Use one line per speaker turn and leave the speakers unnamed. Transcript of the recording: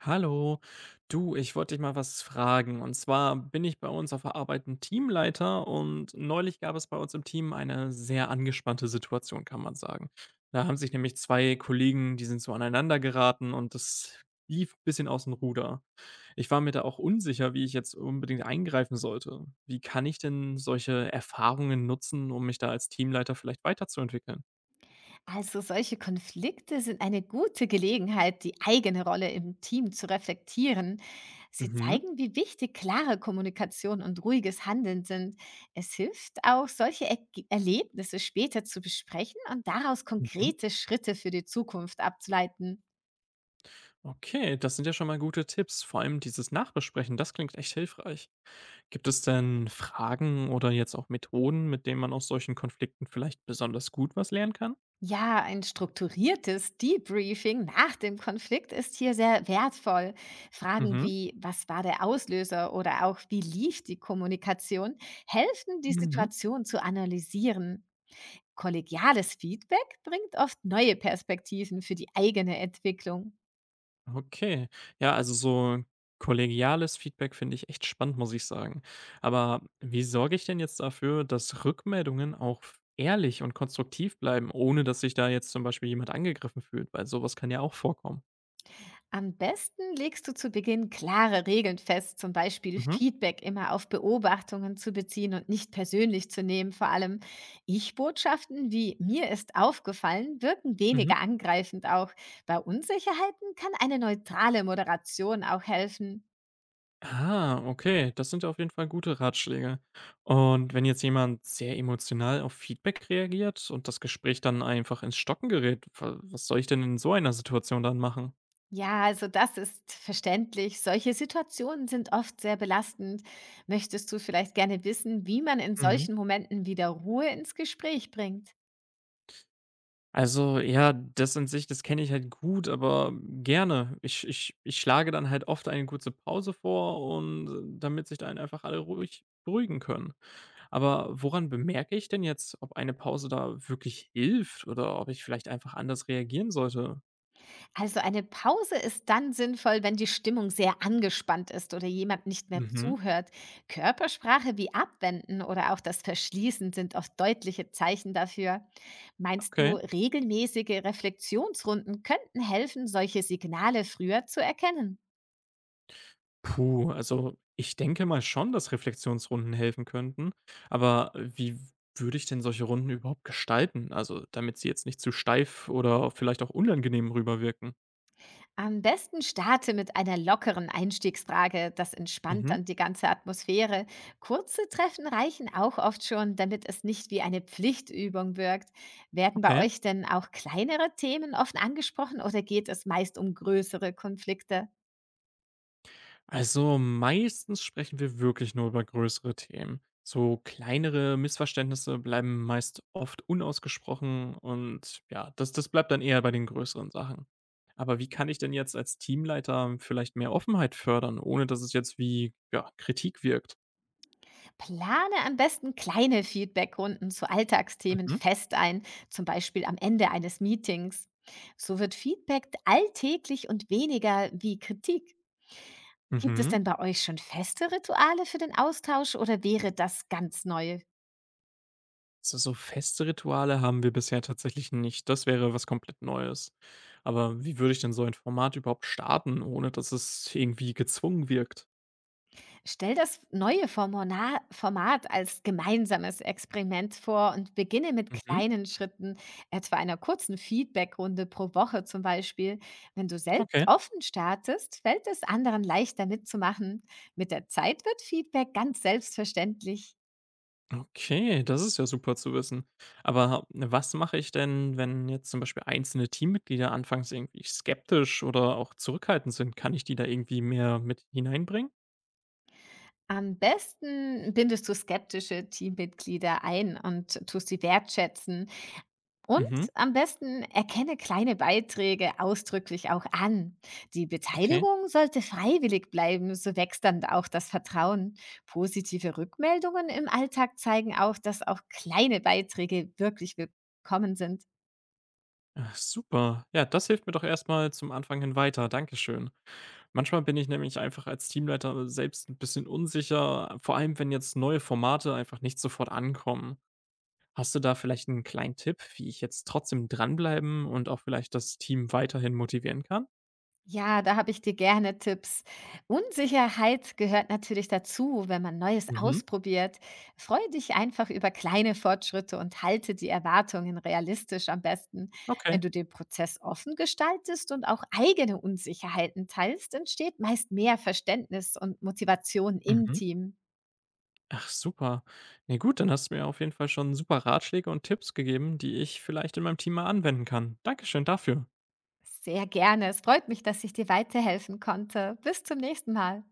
Hallo, du, ich wollte dich mal was fragen. Und zwar bin ich bei uns auf der Arbeit ein Teamleiter und neulich gab es bei uns im Team eine sehr angespannte Situation, kann man sagen. Da haben sich nämlich zwei Kollegen, die sind so aneinander geraten und das lief ein bisschen aus dem Ruder. Ich war mir da auch unsicher, wie ich jetzt unbedingt eingreifen sollte. Wie kann ich denn solche Erfahrungen nutzen, um mich da als Teamleiter vielleicht weiterzuentwickeln?
Also solche Konflikte sind eine gute Gelegenheit, die eigene Rolle im Team zu reflektieren. Sie
Mhm.
zeigen, wie wichtig klare Kommunikation und ruhiges Handeln sind. Es hilft auch, solche er Erlebnisse später zu besprechen und daraus
Mhm.
konkrete Schritte für die Zukunft abzuleiten.
Okay, das sind ja schon mal gute Tipps. Vor allem dieses Nachbesprechen, das klingt echt hilfreich. Gibt es denn Fragen oder jetzt auch Methoden, mit denen man aus solchen Konflikten vielleicht besonders gut was lernen kann?
Ja, ein strukturiertes Debriefing nach dem Konflikt ist hier sehr wertvoll. Fragen
Mhm.
wie, was war der Auslöser oder auch, wie lief die Kommunikation, helfen, die
Mhm.
Situation zu analysieren. Kollegiales Feedback bringt oft neue Perspektiven für die eigene Entwicklung.
Okay. Ja, also so kollegiales Feedback finde ich echt spannend, muss ich sagen. Aber wie sorge ich denn jetzt dafür, dass Rückmeldungen auch ehrlich und konstruktiv bleiben, ohne dass sich da jetzt zum Beispiel jemand angegriffen fühlt? Weil sowas kann ja auch vorkommen.
Am besten legst du zu Beginn klare Regeln fest, zum Beispiel
Mhm.
Feedback immer auf Beobachtungen zu beziehen und nicht persönlich zu nehmen. Vor allem Ich-Botschaften wie mir ist aufgefallen wirken
Mhm.
weniger angreifend auch. Bei Unsicherheiten kann eine neutrale Moderation auch helfen.
Ah, okay, das sind ja auf jeden Fall gute Ratschläge. Und wenn jetzt jemand sehr emotional auf Feedback reagiert und das Gespräch dann einfach ins Stocken gerät, was soll ich denn in so einer Situation dann machen?
Ja, also das ist verständlich. Solche Situationen sind oft sehr belastend. Möchtest du vielleicht gerne wissen, wie man in
Mhm.
solchen Momenten wieder Ruhe ins Gespräch bringt?
Also, ja, das an sich, das kenne ich halt gut, aber gerne. Ich schlage dann halt oft eine kurze Pause vor und damit sich dann einfach alle ruhig beruhigen können. Aber woran bemerke ich denn jetzt, ob eine Pause da wirklich hilft oder ob ich vielleicht einfach anders reagieren sollte?
Also eine Pause ist dann sinnvoll, wenn die Stimmung sehr angespannt ist oder jemand nicht mehr
Mhm.
zuhört. Körpersprache wie Abwenden oder auch das Verschließen sind oft deutliche Zeichen dafür. Meinst
Okay.
du, regelmäßige Reflexionsrunden könnten helfen, solche Signale früher zu erkennen?
Puh, also ich denke mal schon, dass Reflexionsrunden helfen könnten, aber wie würde ich denn solche Runden überhaupt gestalten? Also, damit sie jetzt nicht zu steif oder vielleicht auch unangenehm rüberwirken.
Am besten starte mit einer lockeren Einstiegsfrage. Das entspannt
Mhm,
dann die ganze Atmosphäre. Kurze Treffen reichen auch oft schon, damit es nicht wie eine Pflichtübung wirkt. Werden bei
okay.
euch denn auch kleinere Themen oft angesprochen oder geht es meist um größere Konflikte?
Also, meistens sprechen wir wirklich nur über größere Themen. So kleinere Missverständnisse bleiben meist oft unausgesprochen und ja, das bleibt dann eher bei den größeren Sachen. Aber wie kann ich denn jetzt als Teamleiter vielleicht mehr Offenheit fördern, ohne dass es jetzt wie ja, Kritik wirkt?
Plane am besten kleine Feedbackrunden zu Alltagsthemen
Mhm,
fest ein, zum Beispiel am Ende eines Meetings. So wird Feedback alltäglich und weniger wie Kritik. Gibt es
mhm.
denn bei euch schon feste Rituale für den Austausch oder wäre das ganz neu?
So feste Rituale haben wir bisher tatsächlich nicht. Das wäre was komplett Neues. Aber wie würde ich denn so ein Format überhaupt starten, ohne dass es irgendwie gezwungen wirkt?
Stell das neue Formona Format als gemeinsames Experiment vor und beginne mit
Mhm,
kleinen Schritten, etwa einer kurzen Feedbackrunde pro Woche zum Beispiel. Wenn du selbst
okay.
offen startest, fällt es anderen leichter mitzumachen. Mit der Zeit wird Feedback ganz selbstverständlich.
Okay, das ist ja super zu wissen. Aber was mache ich denn, wenn jetzt zum Beispiel einzelne Teammitglieder anfangs irgendwie skeptisch oder auch zurückhaltend sind? Kann ich die da irgendwie mehr mit hineinbringen?
Am besten bindest du skeptische Teammitglieder ein und tust sie wertschätzen. Und
Mhm,
am besten erkenne kleine Beiträge ausdrücklich auch an. Die
okay.
Beteiligung sollte freiwillig bleiben, so wächst dann auch das Vertrauen. Positive Rückmeldungen im Alltag zeigen auch, dass auch kleine Beiträge wirklich willkommen sind.
Ach, super. Ja, das hilft mir doch erstmal zum Anfang hin weiter. Dankeschön. Manchmal bin ich nämlich einfach als Teamleiter selbst ein bisschen unsicher, vor allem wenn jetzt neue Formate einfach nicht sofort ankommen. Hast du da vielleicht einen kleinen Tipp, wie ich jetzt trotzdem dranbleiben und auch vielleicht das Team weiterhin motivieren kann?
Ja, da habe ich dir gerne Tipps. Unsicherheit gehört natürlich dazu, wenn man Neues
Mhm.
ausprobiert. Freue dich einfach über kleine Fortschritte und halte die Erwartungen realistisch am besten.
Okay.
Wenn du den Prozess offen gestaltest und auch eigene Unsicherheiten teilst, entsteht meist mehr Verständnis und Motivation im
Mhm.
Team.
Ach super. Na gut, dann hast du mir auf jeden Fall schon super Ratschläge und Tipps gegeben, die ich vielleicht in meinem Team mal anwenden kann. Dankeschön dafür.
Sehr gerne. Es freut mich, dass ich dir weiterhelfen konnte. Bis zum nächsten Mal.